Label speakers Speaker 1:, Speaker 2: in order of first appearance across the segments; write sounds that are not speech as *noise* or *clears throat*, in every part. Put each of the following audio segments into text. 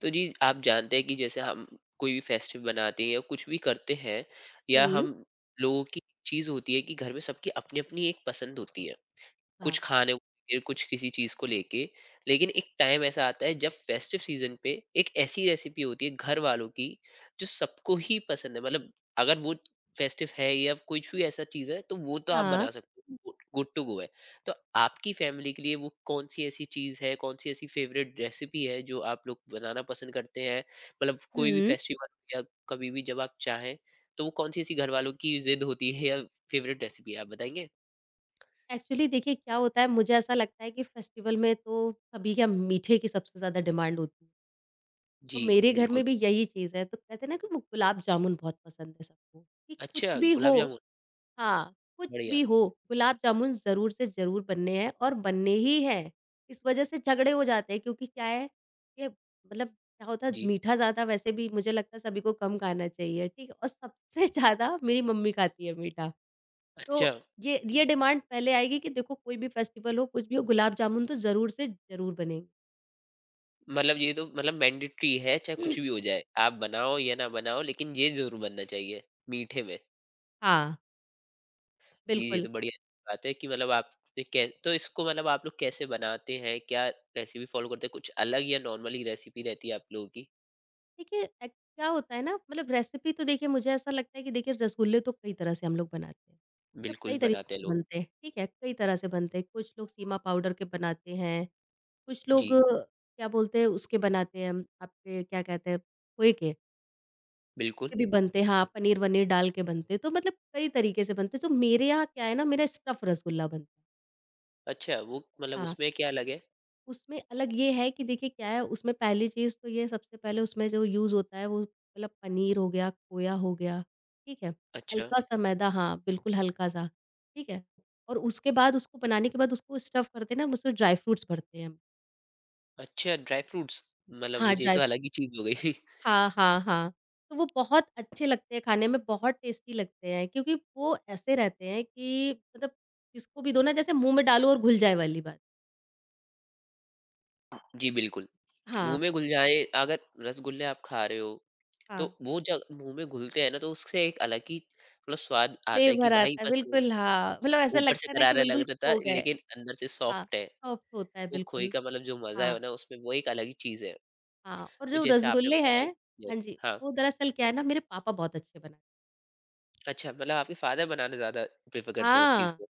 Speaker 1: तो जी आप जानते हैं कि जैसे हम कोई भी फेस्टिव बनाते हैं या कुछ भी करते हैं या
Speaker 2: हुँ।
Speaker 1: हम लोगों की चीज होती है कि घर में सबकी अपनी अपनी एक पसंद होती है कुछ
Speaker 2: हाँ।
Speaker 1: खाने को लेके, कुछ किसी चीज को लेके। लेकिन एक टाइम ऐसा आता है जब फेस्टिव सीजन पे एक ऐसी रेसिपी होती है घर वालों की जो सबको ही पसंद है। मतलब अगर वो फेस्टिव है या कुछ भी ऐसा चीज है तो वो तो आप
Speaker 2: हाँ।
Speaker 1: बना सकते हो, गुड टू गो है। तो आपकी फैमिली के लिए वो कौन सी ऐसी चीज है, कौन सी ऐसी फेवरेट रेसिपी है जो आप लोग बनाना पसंद करते हैं? मतलब कोई भी
Speaker 2: हुँ।
Speaker 1: फेस्टिवल या कभी भी जब आप चाहें, तो वो कौन सी ऐसी घर वालों की जिद होती है या फेवरेट रेसिपी है, आप बताएंगे?
Speaker 2: एक्चुअली देखिए क्या होता है मुझे ऐसा लगता है कि फेस्टिवल में तो सभी क्या मीठे की सबसे ज़्यादा डिमांड होती है। तो
Speaker 1: जी,
Speaker 2: मेरे घर
Speaker 1: बिल्कुल।
Speaker 2: में भी यही चीज़ है, तो कहते हैं ना कि वो गुलाब जामुन बहुत पसंद है सबको कि
Speaker 1: अच्छा,
Speaker 2: कुछ भी हो।
Speaker 1: गुलाब जामुन,
Speaker 2: हाँ, कुछ
Speaker 1: बढ़िया।
Speaker 2: भी हो, गुलाब जामुन ज़रूर से ज़रूर बनने हैं और बनने ही हैं। इस वज़ह से झगड़े हो जाते हैं, क्योंकि क्या है कि मतलब क्या होता है
Speaker 1: जी,
Speaker 2: मीठा ज़्यादा वैसे भी मुझे लगता है सभी को कम खाना चाहिए, ठीक है? और सबसे *laughs* ज़्यादा मेरी मम्मी खाती है मीठा।
Speaker 1: अच्छा,
Speaker 2: तो ये डिमांड पहले आएगी कि देखो कोई भी फेस्टिवल हो, कुछ भी हो, गुलाब जामुन तो ज़रूर से ज़रूर बनेंगे।
Speaker 1: मतलब ये तो मतलब मैंडेटरी है, चाहे कुछ भी
Speaker 2: *clears throat*
Speaker 1: हो जाए, आप बनाओ या ना बनाओ, लेकिन ये ज़रूर बनना चाहिए, मीठे में।
Speaker 2: हाँ,
Speaker 1: जी, ये
Speaker 2: बिल्कुल।
Speaker 1: तो बढ़िया बात है कि मतलब आपने कै तो इसको, मतलब आप लोग कैसे बनाते हैं? क्या रेसिपी फ़ॉलो करते हैं? कुछ अलग या नॉर्मल ही रेसिपी रहती है आप लोगों की?
Speaker 2: देखिए क्या होता है ना, मतलब रेसिपी तो देखिए मुझे ऐसा लगता है कि देखिए रसगुल्ले तो कई तरह से हम लोग बनाते हैं। मतलब
Speaker 1: बिल्कुल
Speaker 2: कई तरीके
Speaker 1: बनाते हैं
Speaker 2: से
Speaker 1: लोग।
Speaker 2: बनते हैं, ठीक है? कई तरह से बनते हैं, कुछ लोग सीमा पाउडर के बनाते हैं, कुछ लोग
Speaker 1: जी,
Speaker 2: क्या बोलते हैं उसके बनाते हैं, आपके क्या कहते हैं खोए के,
Speaker 1: बिल्कुल।
Speaker 2: उसके भी बनते हैं। हाँ, पनीर-वनीर डाल के बनते हैं, तो मतलब कई तरीके से बनते हैं। तो मेरे यहाँ क्या है ना, मेरा स्टफ़ रसगुल्ला बनता है।
Speaker 1: अच्छा, वो मतलब
Speaker 2: हाँ।
Speaker 1: उसमें क्या अलग है?
Speaker 2: उसमें अलग ये है कि देखिए क्या है उसमें, पहली चीज़ तो ये सबसे पहले उसमें जो यूज़ होता है वो मतलब पनीर हो गया, खोया हो गया, ठीक है?
Speaker 1: अच्छा,
Speaker 2: हल्का-सा मैदा, हाँ, बिल्कुल हल्का-सा, ठीक है? और उसके बाद उसको बनाने के बाद उसको स्टफ़ करते हैं ना, हम उसमें ड्राई फ्रूट्स भरते हैं हम।
Speaker 1: अच्छा ड्राई फ्रूट्स, मतलब
Speaker 2: हाँ,
Speaker 1: ये
Speaker 2: ड्राई
Speaker 1: तो अलग ही चीज़ हो गई। *laughs*
Speaker 2: हाँ, हाँ, हाँ। तो वो बहुत अच्छे लगते हैं खाने में, बहुत टेस्टी लगते हैं, क्योंकि वो ऐसे रहते हैं कि मतलब जिसको भी दो ना, जैसे मुँह में डालो और घुल जाए वाली बात।
Speaker 1: जी, बिल्कुल। मुँह
Speaker 2: हाँ,
Speaker 1: में घुल जाए अगर रसगुल्ले आप खा रहे हो,
Speaker 2: हाँ।
Speaker 1: तो वो जब मुँह में घुलते हैं ना तो उससे एक अलग ही मतलब स्वाद आता है कि
Speaker 2: फ्लेवर
Speaker 1: भाई
Speaker 2: आता है,
Speaker 1: बस वो
Speaker 2: बिल्कुल। हाँ, मतलब ऐसा
Speaker 1: ऊपर से
Speaker 2: लगता है ना कि
Speaker 1: करारा
Speaker 2: बिल्कुल
Speaker 1: लगता था
Speaker 2: खो गए।
Speaker 1: लेकिन अंदर से
Speaker 2: हाँ,
Speaker 1: सॉफ्ट है।
Speaker 2: सॉफ्ट होता है
Speaker 1: वो खोए
Speaker 2: बिल्कुल।
Speaker 1: का मतलब जो मज़ा है
Speaker 2: हाँ,
Speaker 1: ना उसमें वो एक अलग ही चीज़ है।
Speaker 2: हाँ, और
Speaker 1: तो
Speaker 2: जो
Speaker 1: जैसे आपने
Speaker 2: रसगुल्ले
Speaker 1: बताया
Speaker 2: हैं,
Speaker 1: ये।
Speaker 2: हाँ जी,
Speaker 1: हाँ,
Speaker 2: वो दरअसल क्या है ना, मेरे पापा बहुत अच्छे बनाते हैं।
Speaker 1: अच्छा, मतलब आपके फादर बनाना ज़्यादा प्रेफ़र करते हैं उस चीज़
Speaker 2: हाँ,
Speaker 1: को?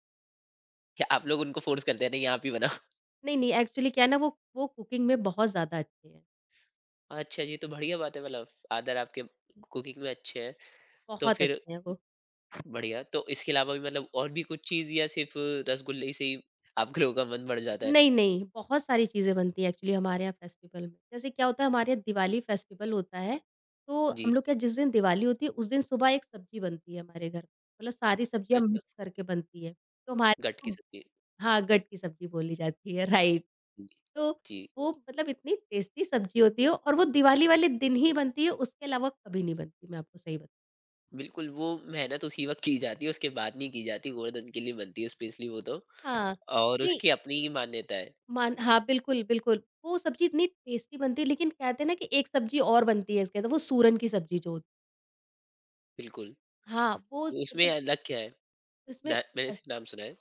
Speaker 1: या आप लोग उनको फ़ोर्स करते हैं नहीं आप ही बनाओ?
Speaker 2: नहीं, नहीं, एक्चुअली क्या है ना, वो कुकिंग में बहुत ज़्यादा अच्छे हैं,
Speaker 1: *laughs* अच्छा, ये तो बढ़िया बात है, मतलब फादर आपके कुकिंग में अच्छे हैं। तो
Speaker 2: बहुत
Speaker 1: फिर
Speaker 2: अच्छे हैं वो।
Speaker 1: बढ़िया, तो इसके अलावा भी मतलब और भी कुछ चीज़ या सिर्फ़ रसगुल्ले ही से ही आप लोगों का मन बढ़ जाता है?
Speaker 2: नहीं, नहीं, बहुत सारी चीज़ें बनती हैं एक्चुअली हमारे यहाँ फेस्टिवल में। जैसे क्या होता है, हमारे यहाँ दिवाली फेस्टिवल होता है, तो
Speaker 1: जी,
Speaker 2: हम लोग के यहाँ जिस दिन दिवाली होती है उस दिन सुबह एक सब्ज़ी बनती है हमारे घर, मतलब सारी सब्ज़ियाँ
Speaker 1: अच्छा,
Speaker 2: मिक्स करके बनती है। तो हमारे,
Speaker 1: गट्ट की सब्ज़ी,
Speaker 2: हाँ, गट की सब्ज़ी बोली जाती है, राइट।
Speaker 1: जी,
Speaker 2: तो
Speaker 1: जी।
Speaker 2: वो मतलब इतनी टेस्टी सब्ज़ी होती है और वो दिवाली वाले दिन ही बनती है, उसके अलावा कभी नहीं बनती, मैं आपको सही बत
Speaker 1: बिल्कुल, वो मेहनत उसी वक़्त की जाती है, उसके बाद नहीं की जाती, गोवर्धन के लिए बनती है स्पेशली वो तो।
Speaker 2: हाँ,
Speaker 1: और
Speaker 2: नहीं
Speaker 1: उसकी अपनी ही मान्यता है,
Speaker 2: मान हाँ, बिल्कुल, बिल्कुल। वो सब्ज़ी इतनी टेस्टी बनती है, लेकिन कहते हैं ना कि एक सब्ज़ी और बनती है इसके अंदर, वो सूरन की सब्ज़ी जो होती
Speaker 1: बिल्कुल।
Speaker 2: है, हाँ, वो
Speaker 1: उसमें
Speaker 2: मतलब
Speaker 1: अलग क्या है?
Speaker 2: उसमें
Speaker 1: ना मैंने
Speaker 2: बस।
Speaker 1: सिर्फ़ नाम सुना है।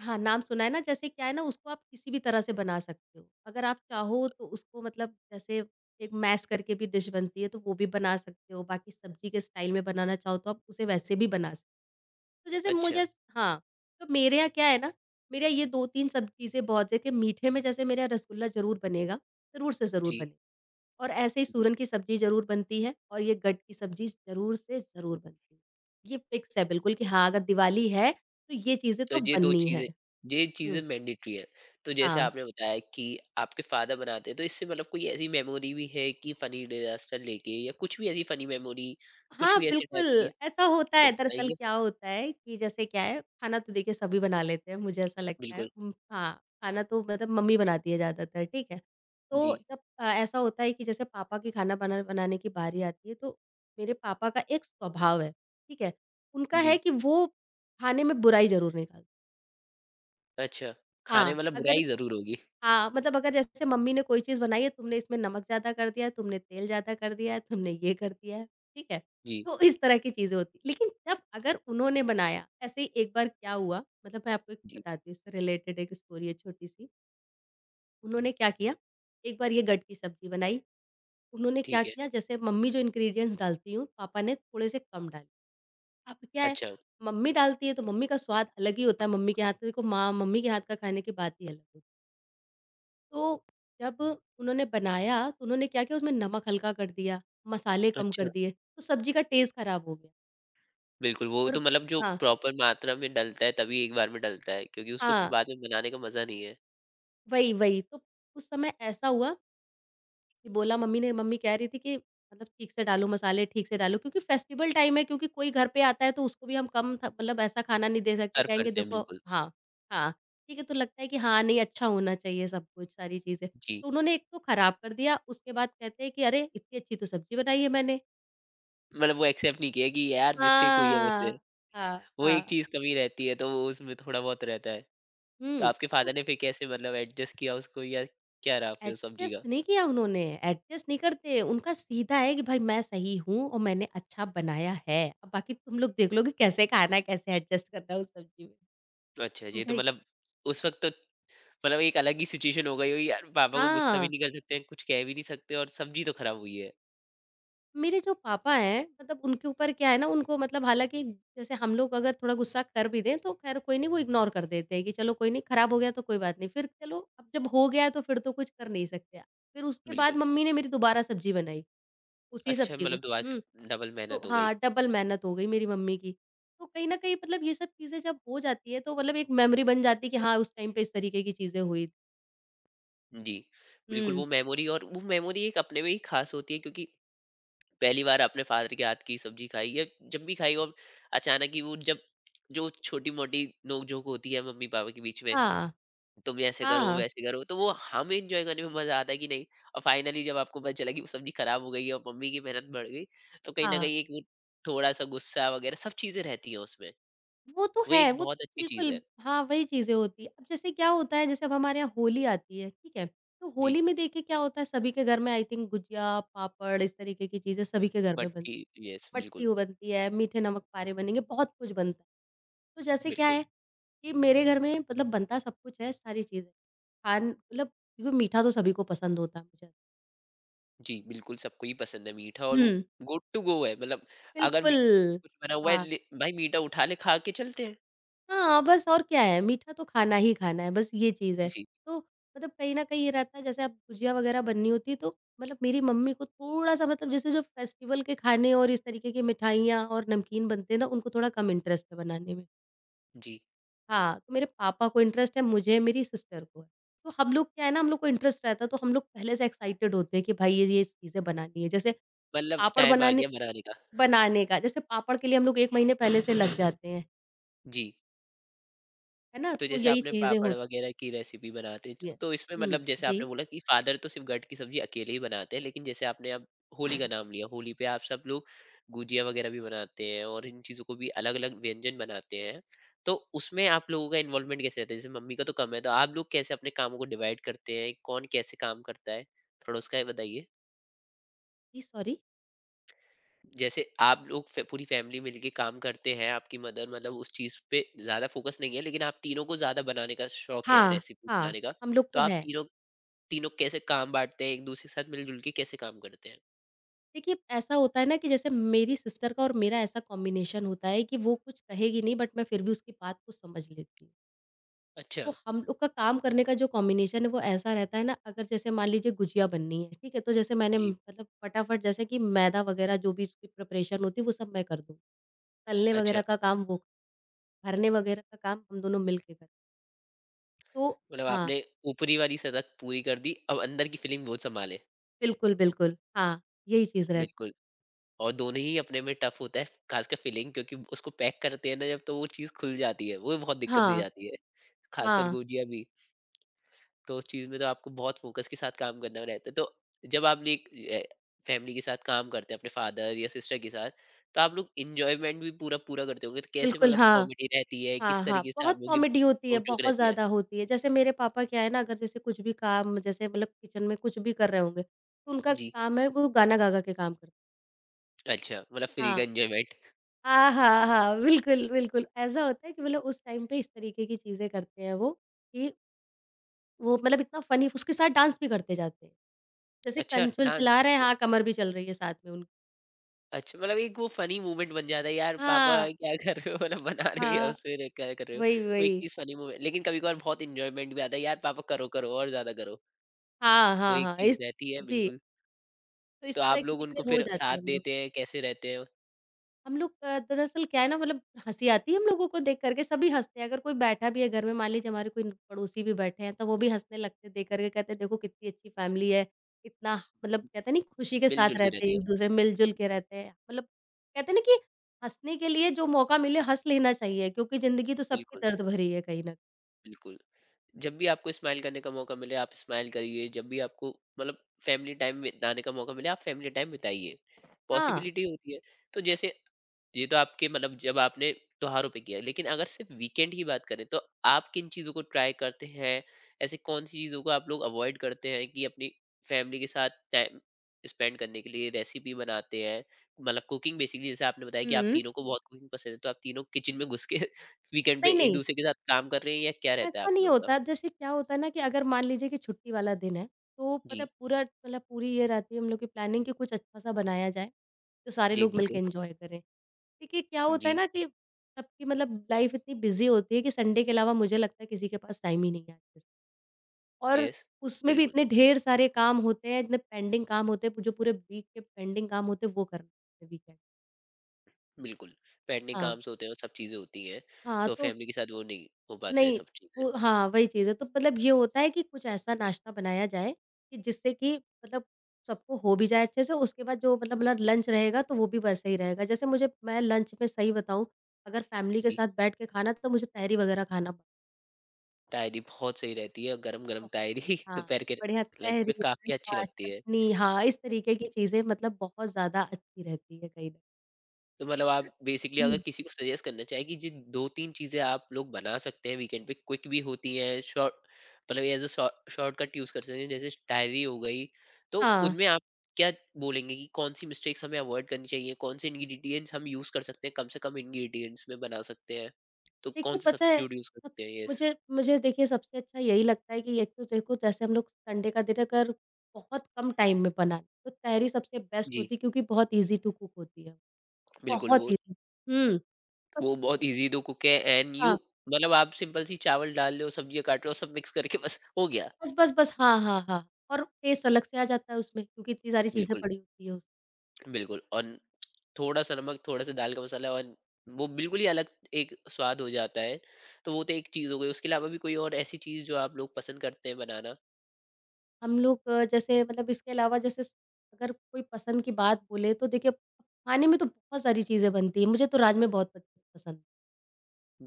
Speaker 2: हाँ, नाम सुना है ना, जैसे क्या है ना, उसको आप किसी भी तरह से बना सकते हो। अगर आप चाहो तो उसको मतलब जैसे एक मैश करके भी डिश बनती है, तो वो भी बना सकते हो। बाकी सब्जी के स्टाइल में बनाना चाहो तो आप उसे वैसे भी बना सकते हो। तो जैसे
Speaker 1: अच्छा,
Speaker 2: मुझे, हाँ, तो मेरे यहाँ क्या है ना, मेरे यहाँ ये 2-3 सब चीज़ें बहुत है कि मीठे में जैसे मेरे यहाँ रसगुल्ला ज़रूर बनेगा, ज़रूर से ज़रूर
Speaker 1: जी,
Speaker 2: बने, और ऐसे ही
Speaker 1: जी।
Speaker 2: सूरन की सब्ज़ी ज़रूर बनती है और ये गट की सब्ज़ी ज़रूर से ज़रूर बनती है। ये फ़िक्स है बिल्कुल कि हाँ, अगर दिवाली है, तो ये चीज़ें
Speaker 1: तो
Speaker 2: तो
Speaker 1: ये 2
Speaker 2: बननी है।
Speaker 1: चीज़ें, ये चीज़ें
Speaker 2: हुँ।
Speaker 1: मैंडेटरी हैं। तो जैसे
Speaker 2: हाँ।
Speaker 1: आपने बताया कि आपके फ़ादर बनाते हैं, तो इससे मतलब कोई ऐसी मेमोरी भी है कि फ़नी डिज़ास्टर लेके या कुछ भी ऐसी फ़नी मेमोरी, कुछ
Speaker 2: हाँ,
Speaker 1: भी ऐसे टाइप
Speaker 2: बिल्कुल,
Speaker 1: की?
Speaker 2: ऐसा होता
Speaker 1: तो
Speaker 2: है। दरअसल
Speaker 1: बताएँगे?
Speaker 2: क्या होता है कि जैसे क्या है, खाना तो देखिए सभी बना लेते हैं, मुझे ऐसा लगता है।
Speaker 1: बिल्कुल।
Speaker 2: हाँ, खाना तो मतलब मम्मी बनाती है ज़्यादातर, ठीक है।
Speaker 1: जी,
Speaker 2: तो जब ऐसा होता है कि जैसे पापा की खाना बनाने की बारी आती है, तो मेरे पापा का एक स्वभाव है, ठीक है। उनका
Speaker 1: जी।
Speaker 2: है कि वो खाने में बुराई ज़रूर निकाल।
Speaker 1: अच्छा, खाने
Speaker 2: हाँ,
Speaker 1: मतलब
Speaker 2: अगर,
Speaker 1: बुराई ज़रूर होगी।
Speaker 2: हाँ, मतलब अगर जैसे मम्मी ने कोई चीज़ बनाई है, तुमने इसमें नमक ज़्यादा कर दिया है, तुमने तेल ज़्यादा कर दिया है, तुमने ये कर दिया है, ठीक है?
Speaker 1: जी,
Speaker 2: तो इस तरह की चीज़ें होती हैं। लेकिन जब अगर उन्होंने बनाया, ऐसे ही एक बार क्या हुआ, मतलब मैं आपको एक
Speaker 1: जी,
Speaker 2: बताती हूँ, इससे रिलेटेड एक स्टोरी है छोटी-सी। उन्होंने क्या किया, एक बार ये गट की सब्ज़ी बनाई। उन्होंने क्या
Speaker 1: ठीक है।
Speaker 2: किया, जैसे मम्मी जो इंग्रीडिएंट्स डालती हूँ, पापा ने थोड़े से कम डाले। अब क्या है,
Speaker 1: अच्छा,
Speaker 2: मम्मी डालती है, तो मम्मी का स्वाद अलग ही होता है, मम्मी के हाथ का, देखो माँ, मम्मी के हाथ का खाने की बात ही अलग होती है। तो जब उन्होंने बनाया तो उन्होंने क्या किया, उसमें नमक हल्का कर दिया, मसाले कम
Speaker 1: अच्छा।
Speaker 2: कर दिए, तो सब्ज़ी का टेस्ट खराब हो गया।
Speaker 1: बिल्कुल, वो तो
Speaker 2: और
Speaker 1: मतलब जो
Speaker 2: हाँ,
Speaker 1: प्रॉपर मात्रा में डलता है, तभी एक बार में डलता है, क्योंकि उसको फिर
Speaker 2: हाँ,
Speaker 1: बाद में बनाने का मज़ा नहीं है।
Speaker 2: वही, वही। तो उस समय ऐसा हुआ कि बोला, मम्मी कह रही थी कि मतलब ठीक से डालो मसाले, ठीक से डालो, क्योंकि फेस्टिवल टाइम है, क्योंकि कोई घर पे आता है तो उसको भी हम कम थ मतलब ऐसा खाना नहीं दे सकते,
Speaker 1: सर्व
Speaker 2: कहेंगे
Speaker 1: करते हैं,
Speaker 2: देखो,
Speaker 1: बिल्कुल।
Speaker 2: हाँ, हाँ, ठीक है, तो लगता है कि हाँ, नहीं, अच्छा होना चाहिए सब कुछ, सारी चीज़ें।
Speaker 1: जी,
Speaker 2: तो उन्होंने एक तो खराब कर दिया, उसके बाद कहते हैं कि अरे! इतनी अच्छी तो सब्ज़ी बनाई है मैंने।
Speaker 1: मतलब वो एक्सेप्ट नहीं किया कि यार मिस्टेक हुई है मुझसे।
Speaker 2: हाँ, हाँ,
Speaker 1: वो एक
Speaker 2: हाँ।
Speaker 1: चीज़ कमी रहती है, तो वो उसमें थोड़ा बहुत रहता है। तो
Speaker 2: हुँ,
Speaker 1: आपके
Speaker 2: तो
Speaker 1: फ़ादर ने फिर कैसे मतलब एडजस्ट किया उसको या क्या रहा फिर उस सब्ज़ी का?
Speaker 2: एडजस्ट नहीं किया उन्होंने, एडजस्ट नहीं करते, उनका सीधा है कि भाई मैं सही हूँ और मैंने अच्छा बनाया है, अब बाकी तुम लोग देख लो कि कैसे खाना है, कैसे एडजस्ट करना है उस सब्ज़ी में।
Speaker 1: अच्छा जी,
Speaker 2: उनका
Speaker 1: तो
Speaker 2: ही,
Speaker 1: मतलब उस वक़्त तो मतलब एक अलग ही सिचुएशन हो गई होगी यार, पापा को गुस्सा भी
Speaker 2: हाँ,
Speaker 1: नहीं कर सकते हैं, कुछ कह भी नहीं सकते और सब्ज़ी तो खराब हुई है।
Speaker 2: मेरे जो पापा हैं मतलब उनके ऊपर क्या है ना, उनको मतलब हालाँकि जैसे हम लोग अगर थोड़ा गुस्सा कर भी दें तो ख़ैर कोई नहीं, वो इग्नोर कर देते हैं कि चलो कोई नहीं, ख़राब हो गया तो कोई बात नहीं, फिर चलो अब जब हो गया है तो फिर तो कुछ कर नहीं सकते। फिर उसके
Speaker 1: बिल्कुल।
Speaker 2: बाद मम्मी ने मेरी दोबारा सब्ज़ी बनाई। उसी
Speaker 1: अच्छा,
Speaker 2: सब्ज़ी को।
Speaker 1: मतलब दोबारा
Speaker 2: हुँ,
Speaker 1: से डबल
Speaker 2: तो
Speaker 1: मेहनत हो गई।
Speaker 2: हाँ, डबल मेहनत हो गई मेरी मम्मी की। तो कहीं न कहीं मतलब ये सब चीज़ें जब हो जाती है तो मतलब एक मेमोरी बन जाती है कि हाँ, उस टाइम पे इस तरीके की चीज़ें हुई।
Speaker 1: जी, बिल्कुल वो
Speaker 2: हुँ,
Speaker 1: मेमोरी, और वो मेमोरी एक अपने में ही ख़ास होती है, क्योंकि पहली बार आपने फ़ादर के हाथ की सब्ज़ी खाई या जब भी खाई और अचानक ही वो जब जो छोटी-मोटी नोक-झोंक होती है मम्मी-पापा के बीच में,
Speaker 2: हाँ,
Speaker 1: तुम ऐसे करो
Speaker 2: हाँ,
Speaker 1: वैसे करो तो वो हम एंजॉय करने में मजा आता है कि नहीं। और फाइनली जब आपको पता चला कि वो सब्जी खराब हो गई है और मम्मी की मेहनत बढ़ गई, तो कहीं ना
Speaker 2: हाँ।
Speaker 1: कहीं एक वो थोड़ा सा गुस्सा वगैरह सब चीजें रहती है उसमें।
Speaker 2: वो तो
Speaker 1: वो
Speaker 2: है,
Speaker 1: एक
Speaker 2: वो
Speaker 1: बहुत अच्छी चीज है।
Speaker 2: बिल्कुल। हाँ, वही चीज़ें होती हैं। अब जैसे क्या होता है, जैसे अब हमारे यहाँ होली आती है, ठीक है? तो
Speaker 1: जी,
Speaker 2: होली में देखिए क्या होता है, सभी के घर में आई थिंक गुजिया, पापड़ इस तरीके की चीज़ें सभी के घर
Speaker 1: बट
Speaker 2: में बन,
Speaker 1: यस, बिल्कुल,
Speaker 2: मट्टियों बनती है, मीठे नमक पारे बनेंगे, बहुत कुछ बनता है। तो जैसे क्या
Speaker 1: बिल्कुल।
Speaker 2: है कि मेरे घर में मतलब बनता सब कुछ है, सारी चीज़ें। खान मतलब क्योंकि मीठा तो सभी को पसंद होता है मुझे।
Speaker 1: जी, बिल्कुल, सबको ही पसंद है मीठा और वो
Speaker 2: हुँ।
Speaker 1: गुड टू गो है। मतलब अगर
Speaker 2: बिल्कुल।
Speaker 1: कुछ बना हुआ है,
Speaker 2: हाँ।
Speaker 1: भाई मीठा उठा ले, खा के चलते हैं।
Speaker 2: हाँ, बस और क्या है, मीठा तो खाना ही खाना है, बस ये चीज़ है।
Speaker 1: जी,
Speaker 2: तो मतलब कहीं न कहीं ये रहता है, जैसे अब गुजिया वग़ैरह बननी होती है, तो मतलब मेरी मम्मी को थोड़ा-सा मतलब जैसे जो फेस्टिवल के खाने और इस तरीके की मिठाइयाँ और नमकीन बनते हैं ना, उनको थोड़ा कम इंटरेस्ट है बनाने में।
Speaker 1: जी,
Speaker 2: हाँ, तो मेरे पापा को इंटरेस्ट है, मुझे, मेरी सिस्टर को है। तो हम लोग क्या है ना, हम लोग को इंटरेस्ट रहता है, तो हम लोग पहले से एक्साइटेड होते हैं कि भाई ये चीज़ें बनानी है। जैसे
Speaker 1: मतलब
Speaker 2: पापड़
Speaker 1: टाइम आ
Speaker 2: बनाने
Speaker 1: गया बनाने का।
Speaker 2: बनाने का, जैसे पापड़ के लिए हम लोग 1 महीने पहले से लग जाते हैं,
Speaker 1: जी,
Speaker 2: है ना?
Speaker 1: तो
Speaker 2: तो
Speaker 1: जैसे
Speaker 2: यही
Speaker 1: आपने
Speaker 2: चीज़ें
Speaker 1: पापड़
Speaker 2: होती
Speaker 1: वगैरह की रेसिपी बनाते हैं,
Speaker 2: हैं।
Speaker 1: तो इसमें
Speaker 2: हुँ,
Speaker 1: मतलब जैसे आपने
Speaker 2: जी,
Speaker 1: बोला कि फादर तो सिर्फ गट्ट की सब्जी अकेले ही बनाते हैं, लेकिन जैसे आपने अब होली का नाम लिया, होली पे आप सब लोग गुजिया वगैरह भी बनाते हैं और इन चीज़ों को भी अलग-अलग व्यंजन बनाते हैं। तो उसमें आप लोगों का इन्वॉल्वमेंट कैसे रहता है? जैसे मम्मी का तो कम है, तो आप लोग कैसे अपने कामों को डिवाइड करते हैं? कौन कैसे काम करता है? थोड़ा उसका बताइए।
Speaker 2: जी, सॉरी।
Speaker 1: जैसे आप लोग पूरी फैमिली मिलके काम करते हैं, आपकी मदर मतलब उस चीज पे ज्यादा फोकस नहीं है, लेकिन आप तीनों को ज्यादा बनाने का शौक है,
Speaker 2: हाँ,
Speaker 1: रेसिपी
Speaker 2: हाँ,
Speaker 1: बनाने का।
Speaker 2: हम लोग
Speaker 1: तो
Speaker 2: को
Speaker 1: आप
Speaker 2: है।
Speaker 1: तीनों, तीनों कैसे काम बांटते हैं, एक दूसरे के साथ मिलजुल के कैसे काम करते हैं?
Speaker 2: देखिए, ऐसा होता है ना कि जैसे मेरी सिस्टर का और मेरा ऐसा कॉम्बिनेशन होता है कि वो कुछ कहेगी नहीं बट मैं फिर भी उसकी बात को समझ लेती हूँ।
Speaker 1: अच्छा।
Speaker 2: तो हम लोग का काम करने का जो कॉम्बिनेशन है वो ऐसा रहता है ना, अगर जैसे मान लीजिए गुजिया बननी है, ठीक है? तो जैसे मैंने
Speaker 1: जी,
Speaker 2: मतलब फटाफट जैसे कि मैदा वगैरह जो भी उसकी प्रिपरेशन होती है वो सब मैं कर दूँ। तलने
Speaker 1: अच्छा,
Speaker 2: वगैरह का काम वो, भरने वगैरह का काम हम दोनों मिल के करते तो
Speaker 1: मतलब
Speaker 2: हाँ,
Speaker 1: आपने ऊपरी वाली सतह पूरी कर दी, अब अंदर की फीलिंग वो संभाले।
Speaker 2: बिल्कुल, बिल्कुल। हाँ, यही चीज़ रहती
Speaker 1: बिल्कुल।
Speaker 2: है।
Speaker 1: और दोनों ही अपने में टफ होता है, खासकर फीलिंग, क्योंकि उसको पैक करते हैं ना जब, तो वो चीज खुल जाती है, वो बहुत दिक्कत दे
Speaker 2: हाँ,
Speaker 1: जाती है, खासकर
Speaker 2: हाँ,
Speaker 1: गुजिया भी। तो उस चीज़ में तो आपको बहुत फोकस के साथ काम करना रहता है। तो जब आपने एक फैमिली के साथ काम करते हैं अपने फादर या सिस्टर के साथ, तो आप लोग एन्जॉयमेंट भी पूरा पूरा करते होंगे। तो कैसे
Speaker 2: बिल्कुल
Speaker 1: मतलब
Speaker 2: हाँ,
Speaker 1: कॉमेडी रहती है?
Speaker 2: हाँ,
Speaker 1: किस
Speaker 2: हाँ।
Speaker 1: तरीके से आप
Speaker 2: बहुत
Speaker 1: लोगों की
Speaker 2: कॉमेडी होती है,
Speaker 1: नोक-झोक
Speaker 2: बहुत
Speaker 1: रहती है?
Speaker 2: ज़्यादा होती है। जैसे मेरे पापा क्या है ना अगर जैसे कुछ भी काम जैसे मतलब किचन में कुछ भी कर रहे होंगे, तो उनका
Speaker 1: जी।
Speaker 2: काम है वो गाना गा-गा के काम करते हैं।
Speaker 1: अच्छा, मतलब फ्री का
Speaker 2: हाँ।
Speaker 1: एन्जॉयमेंट।
Speaker 2: हाँ, हाँ, हाँ। बिल्कुल, बिल्कुल। ऐसा होता है कि मतलब उस टाइम पे इस तरीके की चीज़ें करते हैं वो, कि वो मतलब इतना फ़नी उसके साथ डांस भी करते जाते हैं। जैसे
Speaker 1: अच्छा,
Speaker 2: कंसोल
Speaker 1: डांस
Speaker 2: चला रहे हैं,
Speaker 1: म
Speaker 2: हाँ, कमर भी चल रही है साथ में उन
Speaker 1: अच्छा मतलब एक वो फ़नी मोमेंट बन जाता है, यार पापा
Speaker 2: हाँ,
Speaker 1: क्या कर रहे हो? *laughs* मतलब बना रहे हो या
Speaker 2: हाँ।
Speaker 1: उसमें रह क्या कर रहे हो?
Speaker 2: वही,
Speaker 1: वो एक
Speaker 2: वही।
Speaker 1: चीज़ फ़नी मोमेंट, लेकिन कभी-कभार बहुत एन्जॉयमेंट भी आता है, यार पापा करो, करो और ज़्यादा करो।
Speaker 2: हाँ,
Speaker 1: वो
Speaker 2: हाँ,
Speaker 1: एक
Speaker 2: हाँ।
Speaker 1: चीज़
Speaker 2: इस
Speaker 1: रहती है,
Speaker 2: जी,
Speaker 1: बिल्कुल।
Speaker 2: तो इस
Speaker 1: तो
Speaker 2: तरह
Speaker 1: आप
Speaker 2: की
Speaker 1: लोग
Speaker 2: चीज़ें
Speaker 1: उनको
Speaker 2: हो
Speaker 1: फिर
Speaker 2: जाती
Speaker 1: साथ
Speaker 2: हैं
Speaker 1: देते हैं, कैसे रहते हैं?
Speaker 2: हम लोग दरअसल क्या है ना मतलब हँसी आती है हम लोगों को देख कर के, सभी हँसते हैं। अगर कोई बैठा भी है घर में, मान लीजिए हमारे कोई पड़ोसी भी बैठे हैं, तो वो भी हँसने लगते हैं देख कर के। कहते हैं देखो कितनी अच्छी फैमिली है, इतना मतलब कहते हैं नहीं खुशी के साथ
Speaker 1: मिल-जुल के
Speaker 2: रहते हैं,
Speaker 1: रहती है।
Speaker 2: एक-दूसरे मिल-जुल के रहते हैं। मतलब कहते हैं ना कि हँसने के लिए जो मौका मिले हँस लेना चाहिए क्योंकि ज़िंदगी तो सबकी
Speaker 1: बिल्कुल,
Speaker 2: दर्द भरी है कहीं न
Speaker 1: बिल्कुल। जब भी आपको स्माइल करने का मौका मिले आप स्माइल करिए, जब भी आपको मतलब फैमिली टाइम बिताने का मौका मिले आप फैमिली टाइम बिताइए,
Speaker 2: हाँ।
Speaker 1: पॉसिबिलिटी होती है। तो जैसे ये तो आपके मतलब जब आपने त्योहारों पे किया, लेकिन अगर सिर्फ वीकेंड की बात करें तो आप किन चीजों को ट्राई करते हैं, ऐसे कौन सी चीजों को आप लोग अवॉइड करते हैं कि अपनी फैमिली के साथ टाइम स्पेंड करने के लिए रेसिपी बनाते हैं। मतलब कुकिंग बेसिकली, जैसे आपने बताया कि आप
Speaker 2: हुँ।
Speaker 1: तीनों को बहुत कुकिंग पसंद है, तो आप तीनों किचन में घुस के *laughs* वीकेंड पे
Speaker 2: नहीं,
Speaker 1: एक
Speaker 2: नहीं।
Speaker 1: दूसरे के साथ काम कर रहे हैं या क्या रहता है
Speaker 2: ऐसा
Speaker 1: आप
Speaker 2: नहीं
Speaker 1: लोगों का?
Speaker 2: होता, जैसे क्या होता है ना कि अगर मान लीजिए कि छुट्टी वाला दिन है, तो पता
Speaker 1: जी,
Speaker 2: है पूरा मतलब पूरी ये रहती है हम लोग की प्लानिंग कि कुछ अच्छा-सा बनाया जाए, जो सारे
Speaker 1: जी,
Speaker 2: लोग
Speaker 1: बिल्कुल।
Speaker 2: मिलके एन्जॉय करें। देखिए क्या होता है
Speaker 1: जी,
Speaker 2: ना कि सबकी मतलब लाइफ़ इतनी बिज़ी होती है कि संडे के अलावा मुझे लगता है किसी के पास टाइम ही नहीं है आजकल और
Speaker 1: यस,
Speaker 2: उसमें भी
Speaker 1: बिल्कुल,
Speaker 2: इतने ढेर सारे काम होते हैं, इतने पेंडिंग काम होते हैं, जो पूरे वीक के पेंडिंग काम होते हैं वो करने होते हैं वीकेंड
Speaker 1: बिल्कुल। पेंडिंग
Speaker 2: हाँ,
Speaker 1: काम्स होते हैं और सब चीज़ें होती हैं,
Speaker 2: हाँ,
Speaker 1: तो
Speaker 2: तो
Speaker 1: फैमिली के साथ वो नहीं हो पाता है
Speaker 2: नहीं,
Speaker 1: सब चीज़ें।
Speaker 2: वो हाँ, वही चीज़ है। तो मतलब ये होता है कि कुछ ऐसा नाश्ता बनाया जाए कि जिससे कि मतलब सबको हो भी जाए अच्छे से, उसके बाद जो मतलब ल लंच रहेगा तो वो भी वैसा ही रहेगा। जैसे मुझे मैं लंच में सही बताऊँ, अगर फैमिली के
Speaker 1: जी,
Speaker 2: साथ बैठ के खाना तो मुझे तहरी वगैरह खाना बहुत
Speaker 1: तायरी बहुत सही रहती है और गरम-गरम तायरी *laughs*
Speaker 2: हाँ,
Speaker 1: दोपहर के
Speaker 2: बढ़िया
Speaker 1: लंच
Speaker 2: तहरी,
Speaker 1: में काफ़ी अच्छी
Speaker 2: रायता,
Speaker 1: लगती है।
Speaker 2: चटनी हाँ, इस तरीके की चीज़ें मतलब बहुत ज़्यादा अच्छी रहती है कहीं न
Speaker 1: तो मतलब आप बेसिकली अगर
Speaker 2: हुँ,
Speaker 1: किसी को सजेस्ट करना चाहे कि जिन दो तीन चीजें आप लोग बना सकते हैं वीकेंड पे क्विक भी होती हैं, शॉर्ट मतलब एज अ शॉर्टकट यूज कर सकते हैं, जैसे डायरी हो गई, तो
Speaker 2: हाँ।
Speaker 1: उनमें आप क्या बोलेंगे कि कौन सी मिस्टेक्स हमें अवॉइड करनी चाहिए, कौन से इंग्रेडिएंट्स हम यूज कर सकते हैं, कम से कम इंग्रेडिएंट्स में बना सकते हैं, तो कौन
Speaker 2: देखिए,
Speaker 1: से
Speaker 2: पता है
Speaker 1: सब्स्टिट्यूट यूज
Speaker 2: सब
Speaker 1: करते हैं? यस।
Speaker 2: मुझे मुझे देखिए सबसे अच्छा यही लगता है कि एक तो देखो जैसे हम लोग संडे का दिन अगर बहुत कम टाइम में बनाएँ, तो तहरी सबसे बेस्ट
Speaker 1: जी,
Speaker 2: होती है क्योंकि बहुत ईज़ी टू कुक होती है।
Speaker 1: बिल्कुल
Speaker 2: बहुत
Speaker 1: वो
Speaker 2: ईज़ी हुँ, बस
Speaker 1: वो बहुत इजी दो कुक है एंड यू,
Speaker 2: हाँ,
Speaker 1: मतलब आप सिंपल सी चावल डाल लो, सब्जियां काट लो, सब मिक्स करके बस हो गया।
Speaker 2: बस, बस, बस हाँ, हाँ, हाँ और टेस्ट अलग से आ जाता है उसमें क्योंकि इतनी सारी चीज़ें
Speaker 1: बिल्कुल,
Speaker 2: पड़ी होती है उस
Speaker 1: बिल्कुल और थोड़ा सा नमक, थोड़ा सा दाल का मसाला और वो बिल्कुल ही अलग एक स्वाद हो जाता है। तो वो तो एक चीज़ हो गई, उसके अलावा भी कोई और ऐसी चीज़ जो आप लोग पसंद करते हैं बनाना?
Speaker 2: हम लोग जैसे मतलब इसके अलावा जैसे अगर कोई पसंद की बात बोले तो देखिए खाने में तो बहुत सारी चीज़ें बनती हैं। मुझे तो राजमे बहुत पसंद है।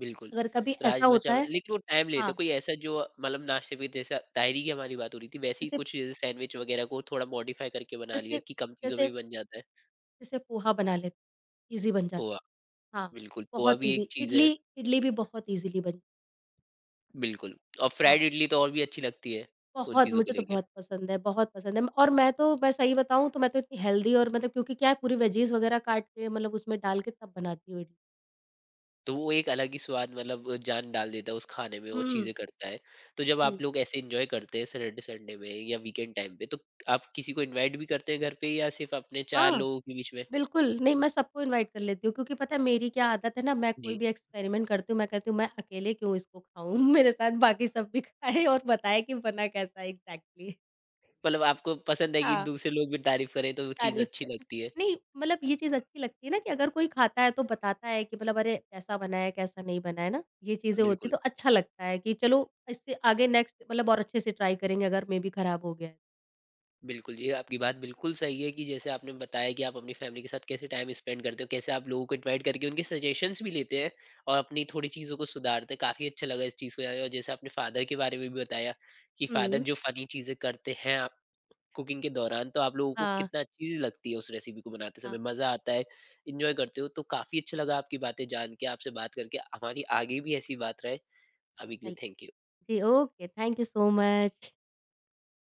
Speaker 1: बिल्कुल,
Speaker 2: अगर कभी ऐसा होता
Speaker 1: राजमा-चावल,
Speaker 2: है
Speaker 1: लेकिन वो टाइम लेते हैं।
Speaker 2: हाँ,
Speaker 1: कोई ऐसा जो मतलब नाश्ते पे जैसा ताहिरी की हमारी बात हो रही थी, वैसे ही
Speaker 2: जैसे
Speaker 1: कुछ जैसे सैंडविच वगैरह को थोड़ा मॉडिफ़ाई करके बना लिया
Speaker 2: जैसे
Speaker 1: कि कम चीज़ों
Speaker 2: जैसे
Speaker 1: में भी बन जाता है।
Speaker 2: जैसे पोहा बना लेते ईज़ी बन जाता
Speaker 1: पोहा,
Speaker 2: हाँ,
Speaker 1: बिल्कुल, पोहा
Speaker 2: बहुत
Speaker 1: भी एक
Speaker 2: ईज़ी
Speaker 1: चीज़ है,
Speaker 2: इडली इडली भी बहुत ईज़िली बन
Speaker 1: बिल्कुल और
Speaker 2: हाँ,
Speaker 1: फ्राइड इडली तो और भी अच्छी लगती है, उन
Speaker 2: बहुत
Speaker 1: चीज़ों को
Speaker 2: मुझे तो
Speaker 1: लेके।
Speaker 2: बहुत पसंद है और मैं सही बताऊँ तो मैं तो इतनी हेल्दी और मतलब क्योंकि क्या है पूरी वेजीज़ वग़ैरह काट के मतलब उसमें डाल के तब बनाती हूँ इडली।
Speaker 1: तो वो एक अलग ही स्वाद मतलब जान डाल देता है उस खाने में, वो
Speaker 2: हुँ,
Speaker 1: चीज़ें करता है। तो जब
Speaker 2: हुँ।
Speaker 1: आप लोग ऐसे एन्जॉय करते हैं सैटरडे संडे में या वीकेंड टाइम पे, तो आप किसी को इनवाइट भी करते हैं घर पे या सिर्फ़ अपने 4
Speaker 2: हाँ,
Speaker 1: लोगों के बीच में?
Speaker 2: बिल्कुल नहीं मैं सबको इनवाइट कर लेती हूँ क्योंकि पता है मेरी क्या आदत है ना मैं कोई
Speaker 1: जी,
Speaker 2: भी एक्सपेरिमेंट करती हूँ मैं कहती हूँ मैं अकेले क्यों इसको खाऊँ *laughs* मेरे साथ बाकी सब भी खाएँ और बताएँ कि बना कैसा है एग्ज़ैक्टली
Speaker 1: मतलब आपको पसंद है कि
Speaker 2: हाँ।
Speaker 1: दूसरे लोग भी तारीफ़ करें तो वो चीज़
Speaker 2: तारीफ
Speaker 1: अच्छी
Speaker 2: कर
Speaker 1: लगती है?
Speaker 2: नहीं मतलब ये चीज़ अच्छी लगती है ना कि अगर कोई खाता है तो बताता है कि मतलब अरे कैसा बना है, कैसा नहीं बना है ना? ये चीज़ें होती
Speaker 1: बिल्कुल।
Speaker 2: तो अच्छा लगता है कि चलो इससे आगे नेक्स्ट मतलब और अच्छे से ट्राई करेंगे अगर मे बी खराब हो गया है।
Speaker 1: बिल्कुल, ये आपकी बात बिल्कुल सही है कि जैसे आपने बताया कि आप अपनी फैमिली के साथ कैसे टाइम स्पेंड करते हो, कैसे आप लोगों को इनवाइट करके उनके सजेशंस भी लेते हैं और अपनी थोड़ी चीज़ों को सुधारते हैं। काफ़ी अच्छा लगा इस चीज़ को जान के और जैसे आपने फ़ादर के बारे में भी बताया कि फ़ादर
Speaker 2: हुँ।
Speaker 1: जो फ़नी चीज़ें करते हैं आप कुकिंग के दौरान, तो आप लोगों को
Speaker 2: हाँ,
Speaker 1: कितना अच्छी चीज़ लगती है उस रेसिपी को बनाते समय,
Speaker 2: हाँ,
Speaker 1: मज़ा आता है, एन्जॉय करते हो। तो काफ़ी अच्छा लगा आपकी बातें जान के, आपसे बात करके। हमारी आगे भी ऐसी बात रहे। अभी के लिए
Speaker 2: चलिए।
Speaker 1: Thank you.
Speaker 2: जी, okay, thank you so much.